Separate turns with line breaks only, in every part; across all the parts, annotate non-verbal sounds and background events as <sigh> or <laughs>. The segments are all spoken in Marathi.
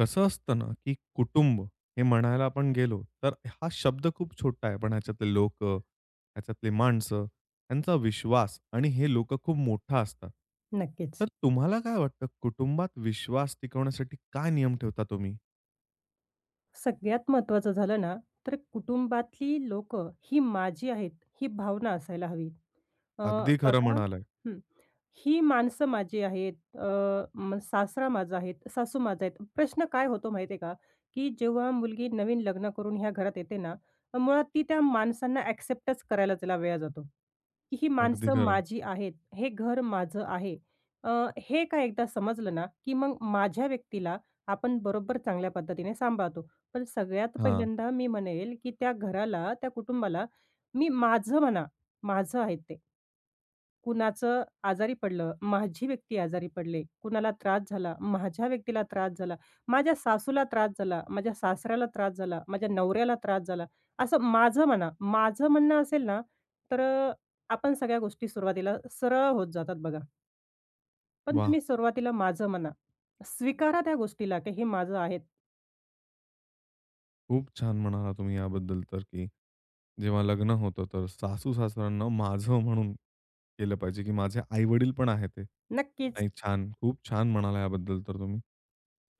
कसं असतं ना, की कुटुंब हे म्हणायला आपण गेलो, तर हा शब्द खूप छोटा आहे. पण ह्याच्यातले लोकं, ह्याच्यातली माणसं, त्यांचा विश्वास आणि हे लोकं खूप मोठा असतात.
नक्कीच.
तर तुम्हाला काय वाटतं कुटुंबात विश्वास टिकवण्यासाठी काय नियम ठेवता तुम्ही?
सगळ्यात महत्त्वाचं झालं ना, तर कुटुंबातली लोक ही माझी आहेत, ही भावना असायला हवी. अ,
अगदी खरं
बघा
म्हणालाय.
हं. ही माणसं माझी आहेत, अ, म सासरा माझा आहे, सासू माझ्या आहेत. प्रश्न काय होतो माहिती आहे का, की जेव्हा मुलगी नवीन लग्न करून ह्या घरात येते ना, मुळात ती त्या माणसांना एक्सेप्टच करायला तिला वेळ जातो. की ही
अगदी
माणसं
खरं.
माझी आहेत, हे घर माझं आहे. अ, हे का एकदा समजलं ना, की मग माझ्या व्यक्तीला आपण बरोबर चांगल्या पद्धतीने सांभाळतो. पण सगळ्यात
हां.
पहिल्यांदा मी म्हणेल, की त्या घराला, त्या कुटुंबाला मी माझं म्हणा, माझं आहे ते. कुणाचं आजारी पडलं, माझी व्यक्ती आजारी पडले, कुणाला त्रास झाला, माझ्या व्यक्तीला त्रास झाला, माझ्या सासूला त्रास झाला, माझ्या सासऱ्याला त्रास झाला, माझ्या नवऱ्याला त्रास झाला, असं माझं म्हणा. माझं म्हणणं असेल ना, तर आपण सगळ्या गोष्टी सुरुवातीला सरळ होत जातात बघा. पण तुम्ही सुरुवातीला माझं म्हणा. स्वीकारा त्या गोष्टीला की हे माझं आहे.
खूप छान म्हणाला तुम्ही याबद्दल तर, की जेव्हा लग्न होतं तर सासू-सासऱ्यांना माझं म्हणून केलं पाहिजे, की माझे आई-वडील पण आहेत ते.
नक्कीच.
नाही छान, खूप छान म्हणाला याबद्दल तर तुम्ही.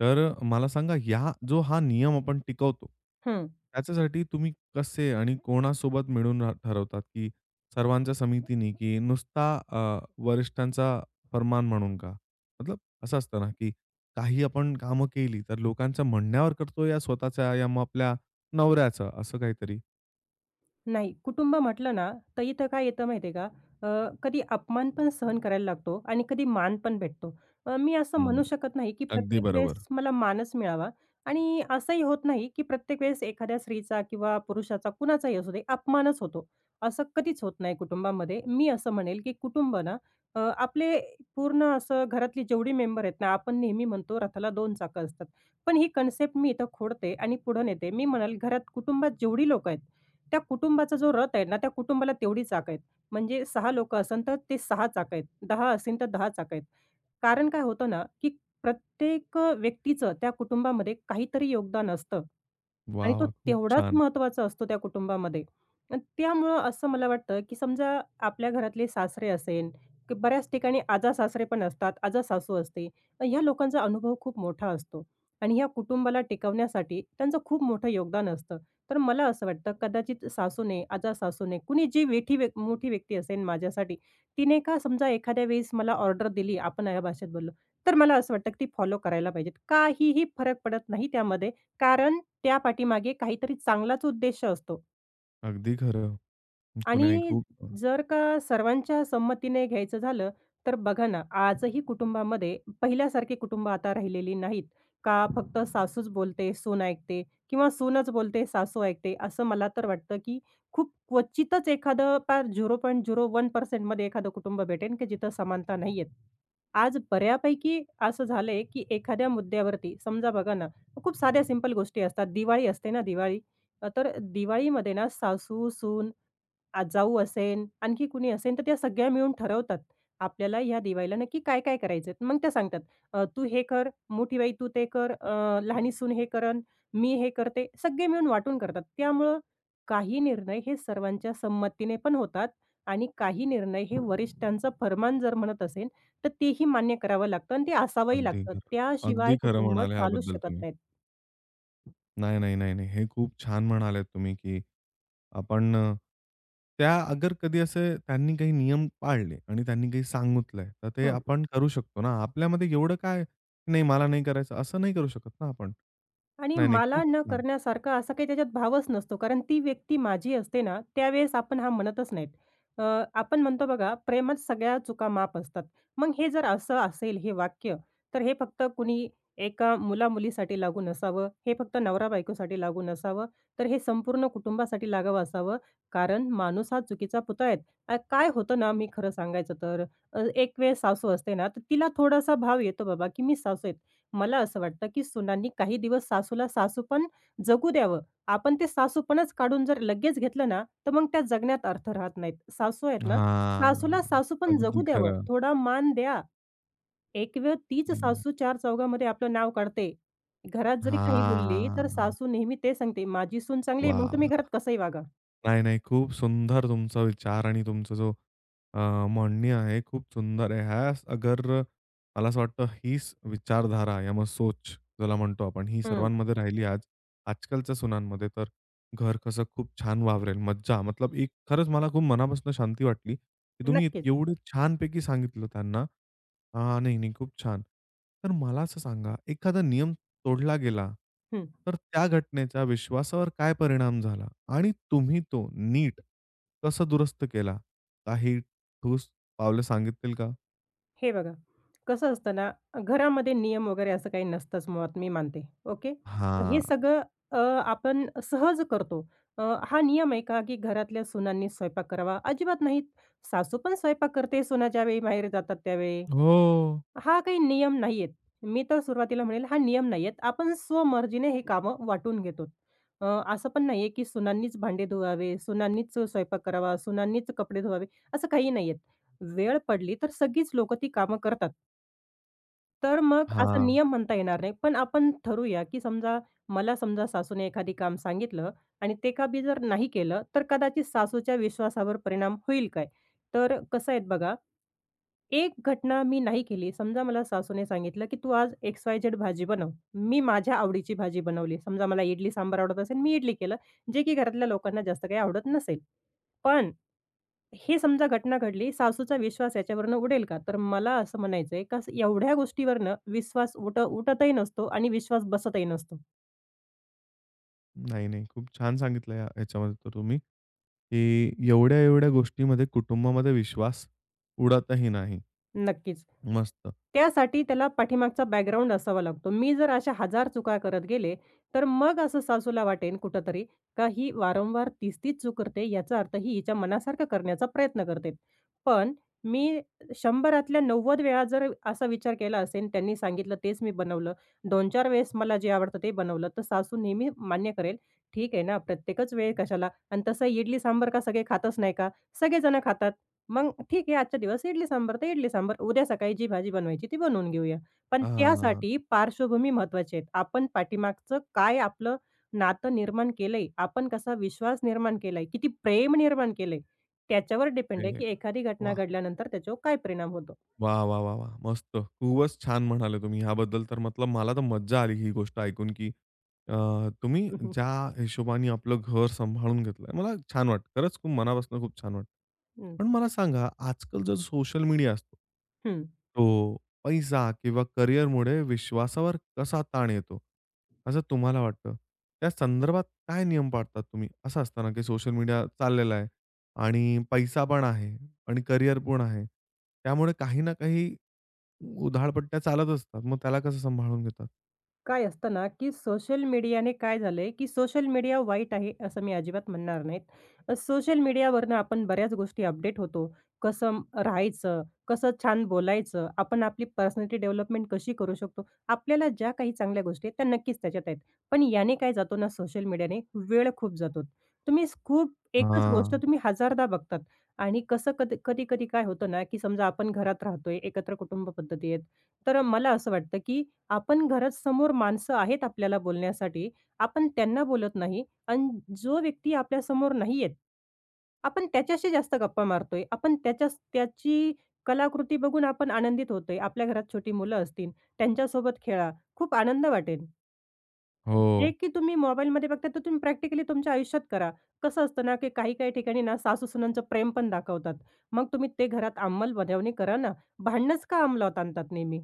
तर मला सांगा या जो हा नियम आपण टिकवतो,
हं.
त्याच्यासाठी तुम्ही कसे आणि कोणासोबत मिळून ठरवतात, की सर्वांच्या समितीनी, की नुसता वरिष्ठांचा फरमान म्हणून का? मतलब असं असतं ना, की काही आपण कामं केली, तर लोकांच्या म्हणण्यावर करतो या स्वतःच्या या मग आपल्या नवऱ्याचं, असं काहीतरी.
नाही, कुटुंब म्हटलं ना, तर इथं काय येतं माहिती आहे का? कधी अपमान पण सहन करायला लागतो आणि कधी मान पण भेटतो. मी असं
हं.
म्हणू शकत नाही, की
अगदी
प्रत्येक
बरोबर.
वेळेस मला मानच मिळावा आणि असंही होत नाही, की प्रत्येक वेळेस एखाद्या स्त्रीचा किंवा पुरुषाचा कुणाचाही असू दे, अपमानच होतो. असं कधीच होत नाही कुटुंबामध्ये. मी असं म्हणेल, की कुटुंब ना आपले पूर्ण असं घरातली जेवढी मेंबर आहेत ना, आपण नेहमी म्हणतो रथाला 2 चाकं असतात. पण ही कन्सेप्ट मी इथं खोडते आणि पुढं नेते. मी म्हणाल घरात कुटुंबात जेवढी लोकं आहेत, त्या कुटुंबाचा जो रथ आहे ना, त्या कुटुंबाला तेवढी चाकं आहेत. म्हणजे सहा लोक असन तर ते 6 चाकं आहेत, 10 असेन तर 10 चाकं आहेत. कारण काय होतं ना, की प्रत्येक व्यक्तीचं त्या कुटुंबामध्ये काहीतरी योगदान असतं आणि
वाह,
तो
वाह! खूप
तेवढाच
छान.
महत्त्वाचा असतो त्या कुटुंबामध्ये. अन् त्यामुळं असं मला वाटतं, की समजा आपल्या घरातले सासरे असेन, की बऱ्याच ठिकाणी आजा-सासरे पण असतात, आजा-सासू असते. अन् ह्या लोकांचा अनुभव खूप मोठा असतो आणि ह्या कुटुंबाला टिकवण्यासाठी त्यांचं खूप मोठं योगदान असतं. तर मला असं वाटतं कदाचित सासूने, आजा-सासूने कुणी जी वेठी व्यक् मोठी व्यक्ती असेल माझ्यासाठी, तिने का समजा एखाद्या वेळेस मला ऑर्डर दिली, आपण या भाषेत बोललो, तर मला असं वाटतं की ती फॉलो करायला पाहिजेत. काहीही फरक पडत नाही त्यामध्ये, कारण त्या पाठीमागे काहीतरी चांगलाच उद्देश असतो.
अगदी खरं. खूप नाही
आणि
खूप
जर का सर्वांच्या संमतीने घ्यायचं झालं, तर बघा ना, आजही कुटुंबामध्ये पहिल्यासारखी कुटुंबं आता राहिलेली नाहीत. का फक्त सासूच बोलते, सून ऐकते किंवा सूनच बोलते, सासू ऐकते. असं मला तर वाटतं, की खूप क्वचितच एखादं फार 0.01% मध्ये एखादं कुटुंब भेटेन, की जिथं समानता नाहीये. आज बऱ्यापैकी असं झालंय, की एखाद्या मुद्द्यावरती समजा बघा ना, खूप साध्या सिंपल गोष्टी असतात. दिवाळी असते ना दिवाळी, तर दिवाळीमध्ये ना सासू, सून आजाऊ असेन, आणखी कुणी असेन, तर त्या सगळ्या मिळून ठरवतात, आपल्याला ह्या दिवाळीला नक्की काय-काय करायचंय. मग त्या सांगतात, तू हे कर, मोठी बाई तू ते कर, लहानी सून हे करन, मी हे करते." सगळे मिळून वाटून करतात. त्यामुळं काही निर्णय हे सर्वांच्या संमतीने पण होतात आणि काही निर्णय हे वरिष्ठांचं फर्मान जर म्हणत असेन, तर तेही मान्य करावं लागतं आणि ते असावंही
अगदी
लागतं.
खरं.
त्याशिवाय
अगदी खरं
कुटुंब
म्हणाले
चालूच
ह्याबद्दल
शकत
तुम्ही.
नाहीत.
नाही, नाही, नाही, नाही. हे खूप छान म्हणालेत तुम्ही, की आपण त्या अगर कधी असे त्यांनी काही नियम पाळले आणि त्यांनी काही सांगितलंय, तर ते आपण करू शकतो ना. आपल्यामध्ये एवढं काय, "नाही, मला नाही करायचं," असं नाही करू शकत ना आपण.
आणि
नाही, नाही.
मला
खूप
न
छान.
करण्यासारखा असा काही त्याच्यात भावच नसतो. कारण ती व्यक्ती माझी असते ना, त्यावेळेस आपण हा म्हणतच नाहीत. अ, आपण म्हणतो बघा, प्रेमात सगळ्या चुका माफ असतात. मग हे जर असं असेल हे वाक्य, तर हे फक्त कुणी एका मुला-मुलीसाठी लागू नसावं, हे फक्त नवरा-बायकोसाठी लागू नसावं, तर हे संपूर्ण कुटुंबासाठी लागावं असावं. कारण माणूस हा चुकीचा पुतळा आहे. काय होतं ना, मी खरं सांगायचं तर, एक वेळेस सासू असते ना, तर तिला थोडासा भाव येतो बाबा, की मी सासू आहे. मला असं वाटतं, की सुनांनी काही दिवस सासूला सासूपण जगू द्यावं. आपण ते सासूपणच काढून जर लगेच घेतलं ना, तर मग त्या जगण्यात अर्थ राहत नाहीत. सासू आहेत ना,
हां.
सासूला सासूपण जगू
अगदी
द्यावं.
खरं.
थोडा मान द्या. एक वेळ तीच
हं.
सासू चार चौघामध्ये आपलं नाव काढते. घरात जरी काही बोलली, तर
हां.
सासू नेहमी ते सांगते, "माझी सून चांगली आहे, मग
वाह!
तुम्ही घरात कसंही वागा."
नाही, नाही. खूप सुंदर तुमचा विचार आणि तुमचा जो अ, म्हणणी आहे, खूप सुंदर आहे. ह्यास अगर मला असं वाटतं हीच विचारधारा या मग सोच ज्याला म्हणतो आपण, ही
हं,
सर्वांमध्ये राहिली आज आजकालच्या सुनांमध्ये, तर घर कसं खूप छान वावरेल. मज्जा मतलब एक खरंच मला खूप मनापासून शांती वाटली, की तुम्ही
नक्कीच.
एवढं छानपैकी सांगितलं त्यांना. हां, नाही, नाही. खूप छान. तर मला असं सांगा, एखादा नियम तोडला गेला,
हं.
तर त्या घटनेचा विश्वासावर काय परिणाम झाला? आणि तुम्ही तो नीट कसं दुरुस्त केला? काही ठोस पावलं सांगिततील का?
हे बघा, कसं असतं ना, घरामध्ये नियम वगैरे असं काही नसतंच मुळात मी मानते. ओके. हे
हां.
सगळं अ, आपण सहज करतो. अ, हा नियम आहे का, की घरातल्या सुनांनी स्वयंपाक करावा? अजिबात नाहीत. सासू पण स्वयंपाक करते, सुना ज्यावेळी माहेरी जातात त्यावेळी.
हो.
हा काही नियम नाहीयेत. मी तर सुरुवातीला म्हणेल हा नियम नाहीयेत. आपण स्वमर्जीने हे कामं वाटून घेतो. अ, असं पण नाहीये की सुनांनीच भांडे धुवावे, सुनांनीच स्वयंपाक करावा, सुनांनीच कपडे धुवावे, असं काही नाहीयेत. वेळ पडली तर सगळीच लोकं ती कामं करतात. तर मग असा
हां.
नियम म्हणता येणार नाही. पण आपण ठरवूया की समजा मला समजा सासूने एखादी काम सांगितलं आणि ते का बी जर नाही केलं, तर कदाचित सासूच्या विश्वासावर परिणाम होईल काय? तर कसं आहे बघा एक घटना मी नाही केली. समजा मला सासूने सांगितलं, की "तू आज XYZ भाजी बनव." मी माझ्या आवडीची भाजी बनवली. समजा मला इडली सांबार आवडत असेल, मी इडली केलं, जे की घरातल्या लोकांना जास्त काही आवडत नसेल. पण हे समजा घटना घडली, सासूचा विश्वास याच्यावरनं उडेल का? तर मला असं म्हणायचंय, का एवढ्या गोष्टीवरनं विश्वास उठतही नसतो आणि विश्वास बसतही नसतो.
नाही, नाही. खूप छान सांगितलं या याच्यामध्ये तर तुम्ही, की एवढ्या-एवढ्या गोष्टीमध्ये कुटुंबामध्ये विश्वास उडतही नाही.
नक्कीच.
मस्त.
त्यासाठी त्याला पाठीमागचा बॅकग्राऊंड असावा लागतो. मी जर अशा हजार चुका करत गेले, तर मग असं सासूला वाटेन कुठेतरी का ही वारंवार तीच तीच चूक करते, याचा अर्थ ही हिच्या मनासारखं करण्याचा प्रयत्न करते. पण मी 100रातल्या 90 वेळा जर असा विचार केला असेल, त्यांनी सांगितलं तेच मी बनवलं. 2-4 वेळेस मला जे आवडतं ते बनवलं, तर सासू नेहमी मान्य करेल, "ठीक आहे ना, प्रत्येकच वेळ कशाला आणि तसं इडली सांबार का सगळे खातच नाही का? सगळेजण खातात. मग ठीक आहे, आजचा दिवस इडली-सांबार तर इडली-सांबार. उद्या सकाळी जी भाजी बनवायची ती बनवून घेऊया. पण
हां,
त्यासाठी पार्श्वभूमी महत्त्वाची आहे. आपण पाठीमागचं काय आपलं नातं निर्माण केलंय, आपण कसा विश्वास निर्माण केलाय, किती प्रेम निर्माण केलंय, त्याच्यावर डिपेंड
ते
आहे, की एखादी घटना
वाह!
घडल्यानंतर त्याच्यावर काय परिणाम होतो.
वाह, वाह, वाह, वाह! मस्त. खूपच छान म्हणाले तुम्ही ह्याबद्दल. तर मतलब मला तर मज्जा आली ही गोष्ट ऐकून, की अ, तुम्ही
<laughs> हं, हं.
ज्या हिशोबाने आपलं घर सांभाळून घेतलंय, मला छान वाटतं. खरंच खूप मनापासून खूप छान वाटतं. पण मला सांगा, आजकाल जो सोशल मीडिया असतो, तो पैसा किंवा करिअरमुळे विश्वासावर कसा ताण येतो, असं तुम्हाला वाटतं? त्या संदर्भात काय नियम पाळतात तुम्ही? असं असतं की सोशल मीडिया चाललेला आहे आणि पैसा पण आहे. आणि करिअर पण आहे. त्यामुळे काही ना काही उधाळपट्ट्या चालत असतात. मग त्याला कसं सांभाळून घेतात?
काय असतं ना, की सोशल मीडियाने काय झालंय, की सोशल मीडिया वाईट आहे असं मी अजिबात म्हणणार नाहीत. सोशल मीडियावरनं आपण बऱ्याच गोष्टी अपडेट होतो. कसं राहायचं, कसं छान बोलायचं, आपण आपली पर्सनॅलिटी डेव्हलपमेंट कशी करू शकतो. आपल्याला ज्या काही चांगल्या गोष्टी आहेत, त्या नक्कीच त्याच्यात आहेत. पण याने काय जातो ना, सोशल मीडियाने वेळ खूप जातो. तुम्ही खूप एकच गोष्ट
हां.
तुम्ही हजारदा बघतात आणि कसं कधी कधी-कधी काय होतं ना, की समजा आपण घरात राहतोय, एकत्र कुटुंब पद्धती आहेत. तर मला असं वाटतं, की आपण घरासमोर माणसं आहेत आपल्याला बोलण्यासाठी. आपण त्यांना बोलत नाही आणि जो व्यक्ती आपल्यासमोर नाही आहेत, आपण त्याच्याशी जास्त गप्पा मारतोय. आपण त्याची कलाकृती बघून आपण आनंदित होतोय. आपल्या घरात छोटी मुलं असतील, त्यांच्यासोबत खेळा. खूप आनंद वाटेल. जे
हो.
की तुम्ही मोबाईलमध्ये बघता, तर तुम्ही प्रॅक्टिकली तुमच्या आयुष्यात करा. कसं असतं ना, की काही-काही ठिकाणी ना सासू-सुनांचं प्रेम पण दाखवतात. मग तुम्ही ते घरात अंमलबजावणी करा ना. भांडणंच का अंमलात आणतात नेहमी?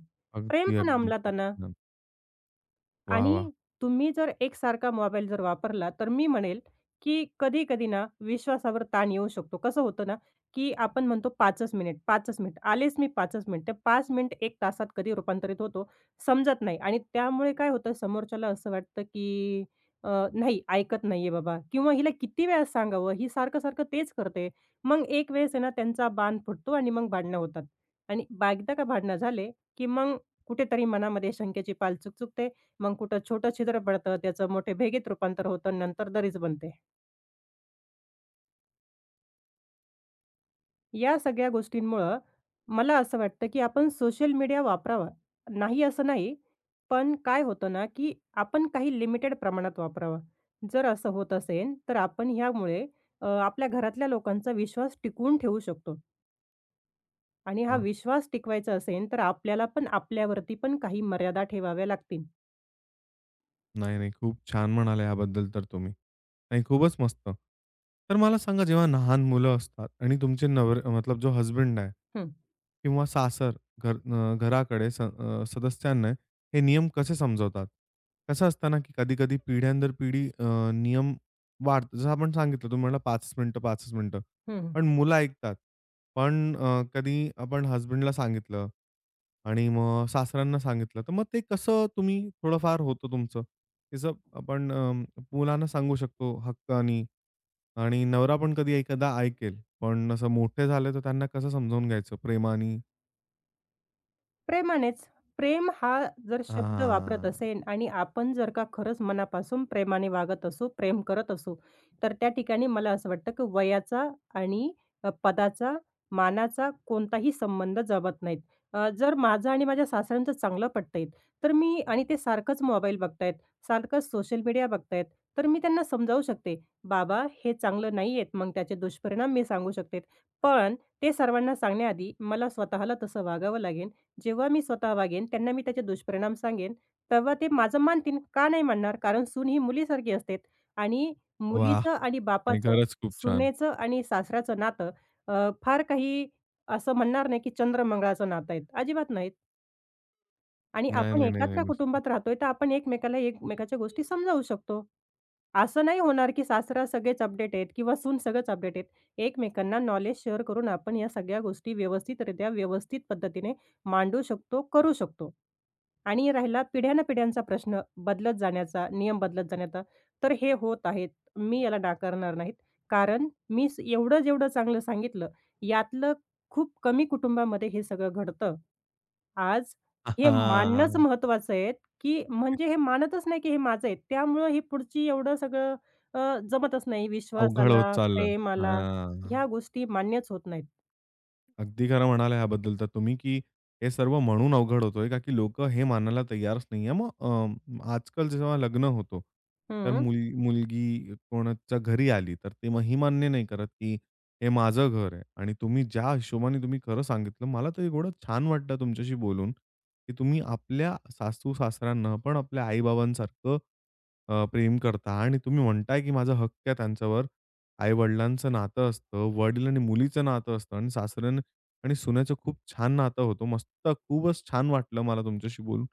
प्रेम
अगदी,
पण
अगदी.
अंमलात
खूप
आणा.
छान. वाह, वाह!
आणि तुम्ही जर एकसारखा मोबाईल जर वापरला, तर मी म्हणेल, की कधी-कधी ना विश्वासावर ताण येऊ शकतो. कसं होतं ना, की आपण म्हणतो 5च मिनिट, 5च मिनिट, आलेच मी 5च मिनिट. ते 5 मिनिट एक तासात कधी रूपांतरित होतो समजत नाही आणि त्यामुळे काय होतं समोरच्याला असं वाटतं, की नाही ऐकत नाहीये बाबा किंवा हिला किती वेळा सांगावं, ही सारखं-सारखं तेच करते. मग एक वेळेस आहे ना त्यांचा बांध फुटतो आणि मग भांडणं होतात आणि एकदा का भांडणं झाले, की मग कुठेतरी मनामध्ये शंकेची पाल चुकचुकते मग कुठं छोटं छिद्र पडतं, त्याचं मोठे भेगेत रूपांतर होतं नंतर दरीच बनते. या सगळ्या गोष्टींमुळं मला असं वाटतं, की आपण सोशल मीडिया वापरावा. नाही असं नाही, पण काय होतं ना, की आपण काही लिमिटेड प्रमाणात वापरावा. जर असं होत असेल, तर आपण ह्यामुळे आपल्या घरातल्या लोकांचा विश्वास टिकवून ठेवू शकतो आणि हा
हां.
विश्वास टिकवायचा असेल, तर आपल्याला पण आपल्यावरती पण काही मर्यादा ठेवाव्या लागतील.
नाही, नाही. खूप छान म्हणाला याबद्दल तर तुम्ही. नाही, खूपच मस्त. तर मला सांगा जेव्हा लहान मुलं असतात आणि तुमचे नवर मतलब जो हसबंड आहे
हं,
किंवा सासर घर घराकडे सदस्यांना हे नियम कसे समजवतात? कसं असतं ना, की कधी-कधी पिढ्यानंतर पिढी नियम वाढतो. जसं आपण सांगितलं तुम्ही म्हणाला 5च मिनिटं, 5च मिनिटं.
हं.
पण मुलं ऐकतात. पण कधी आपण हसबंडला सांगितलं आणि मग सासऱ्यांना सांगितलं, तर मग ते कसं तुम्ही थोडंफार होतं तुमचं? तसं आपण मुलांना सांगू शकतो हक्कानी आणि नवरा पण कधी एखादा ऐकेल. पण असं मोठे झाले तर त्यांना कसं समजावून घ्यायचं प्रेमानी?
प्रेमानेच. प्रेम हा जर शब्द वापरत
हां.
असेन आणि आपण जर का खरंच मनापासून प्रेमाने वागत असू, प्रेम करत असू, तर त्या ठिकाणी मला असं वाटतं की वयाचा आणि पदाचा, मानाचा कोणताही संबंध जमत नाहीत. जर माझं आणि माझ्या सासऱ्यांचं चांगलं पटतंय, तर मी आणि ते सारखंच मोबाईल बघतायत, सारखंच सोशल मीडिया बघतायत, तर मी त्यांना समजावू शकते, "बाबा हे चांगलं नाहीयेत." मग त्याचे दुष्परिणाम मी सांगू शकते. पण ते सर्वांना सांगण्याआधी मला स्वतःला तसं वागावं लागेल जेव्हा मी स्वतः वागेन, त्यांना मी त्याचे दुष्परिणाम सांगेन, तेव्हा ते माझं मानतील. का नाही मानणार? कारण सून ही मुलीसारखी असते आणि
वाह!
मुलीचं आणि
नाही
बापाचं,
खरंच खूप छान.
सुनेचं आणि सासऱ्याचं नातं फार काही असं म्हणणार नाही, की चंद्र नातं आहेत. अजिबात नाहीत. आणि
नाही,
आपण
नाही, नाही, नाही.
एकत्र
मस्त.
कुटुंबात राहतोय, तर आपण एकमेकाला एकमेकाच्या गोष्टी समजावू शकतो. असं नाही होणार, की सासरा सगळेच अपडेट आहेत किंवा सून सगळंच अपडेट आहेत. एकमेकांना नॉलेज शेअर करून आपण या सगळ्या गोष्टी व्यवस्थितरित्या, व्यवस्थित पद्धतीने मांडू शकतो, करू शकतो. आणि राहिला पिढ्यांचा प्रश्न बदलत जाण्याचा, नियम बदलत जाण्याचा, तर हे होत आहेत. मी याला नाकारणार नाहीत. कारण मी एवढं जेवढं चांगलं सांगितलं, यातलं खूप कमी कुटुंबामध्ये हे सगळं घडतं. आज
<laughs>
हे मानणंच
हां.
महत्त्वाचं आहे, की
एक
म्हणजे हे मानतच नाही, की हे माझं आहे. त्यामुळं ही पुढची एवढं सगळं अ, जमतच नाही.
अवघड होत
विश्वासाला,
चाललं.
प्रेमाला
हां.
ह्या गोष्टी मान्यच होत नाहीत.
अगदी खरं म्हणाला ह्याबद्दल तर तुम्ही, की हे सर्व म्हणून अवघड होतोय का की लोकं हे मानायला तयारच नाहीये. मग आजकाल जेव्हा लग्न होतो, तर
हं,
मुलगी कोणाच्या घरी आली, तर ते मग ही मान्य नाही करत, की हे माझं घर आहे आणि तुम्ही ज्या हिशोबाने तुम्ही खरं सांगितलं, मला तर एवढं छान वाटलं तुमच्याशी बोलून, की तुम्ही आपल्या सासू-सासऱ्यांना पण आपल्या आई-बाबांसारखं प्रेम करता आणि तुम्ही म्हणताय, की माझा हक्क आहे त्यांच्यावर. आई-वडिलांचं नातं असतं, वडील आणि मुलीचं नातं असतं आणि सासऱ्याने आणि सुन्याचं खूप छान नातं होतं. मस्त खूपच छान वाटलं मला तुमच्याशी बोलून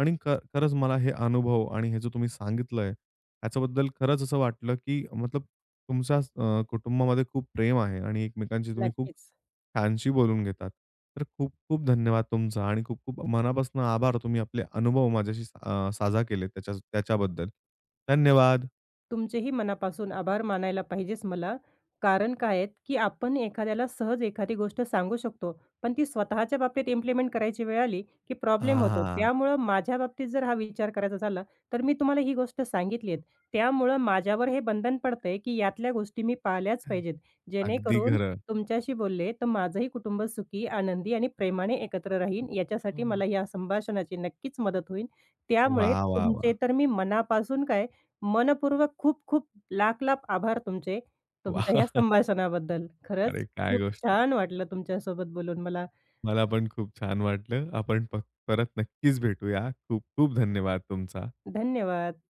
आणि खरंच मला हे अनुभव आणि हे जे तुम्ही सांगितलंय, ह्याच्याबद्दल खरंच असं वाटलं, की मतलब तुमच्या कुटुंबामध्ये खूप प्रेम आहे आणि एकमेकांशी तुम्ही खूप
नक्कीच.
छानशी बोलून घेतात. तर खूप-खूप धन्यवाद तुमचा आणि खूप-खूप मनापासून आभार. तुम्ही आपले अनुभव माझ्याशी साझा केले त्याच्या त्याच्याबद्दल. धन्यवाद.
तुमचेही मनापासून आभार मानायला पाहिजेच मला. कारण काय आहेत, की आपण एखाद्याला सहज एखादी गोष्ट सांगू शकतो, पण ती स्वतःच्या बाबतीत इम्प्लिमेंट करायची वेळ आली, की प्रॉब्लेम होतो.
हां.
त्यामुळं माझ्या बाबतीत जर हा विचार करायचा झाला, तर मी तुम्हाला ही गोष्ट सांगितली आहे. त्यामुळं माझ्यावर हे बंधन पडतंय, की यातल्या गोष्टी मी पाळल्याच पाहिजेत.
अगदी
जेणेकरून
खरं.
तुमच्याशी बोलले, तर माझंही कुटुंब सुखी, आनंदी आणि प्रेमाने एकत्र राहीन.
हो,
याच्यासाठी
हो.
मला या संभाषणाची नक्कीच मदत होईल. त्यामुळे
वाह,
तुमचे
वाह,
तर मी मनापासून काय मनःपूर्वक खूप-खूप लाख-लाख आभार तुमचे, तुमच्या या
<laughs>
संभाषणाबद्दल. खरंच
अरे काय
खूप
गोष्ट.
छान वाटलं तुमच्यासोबत बोलून मला.
मला पण खूप छान वाटलं. आपण परत नक्कीच भेटूया. खूप खूप धन्यवाद तुमचा.
धन्यवाद.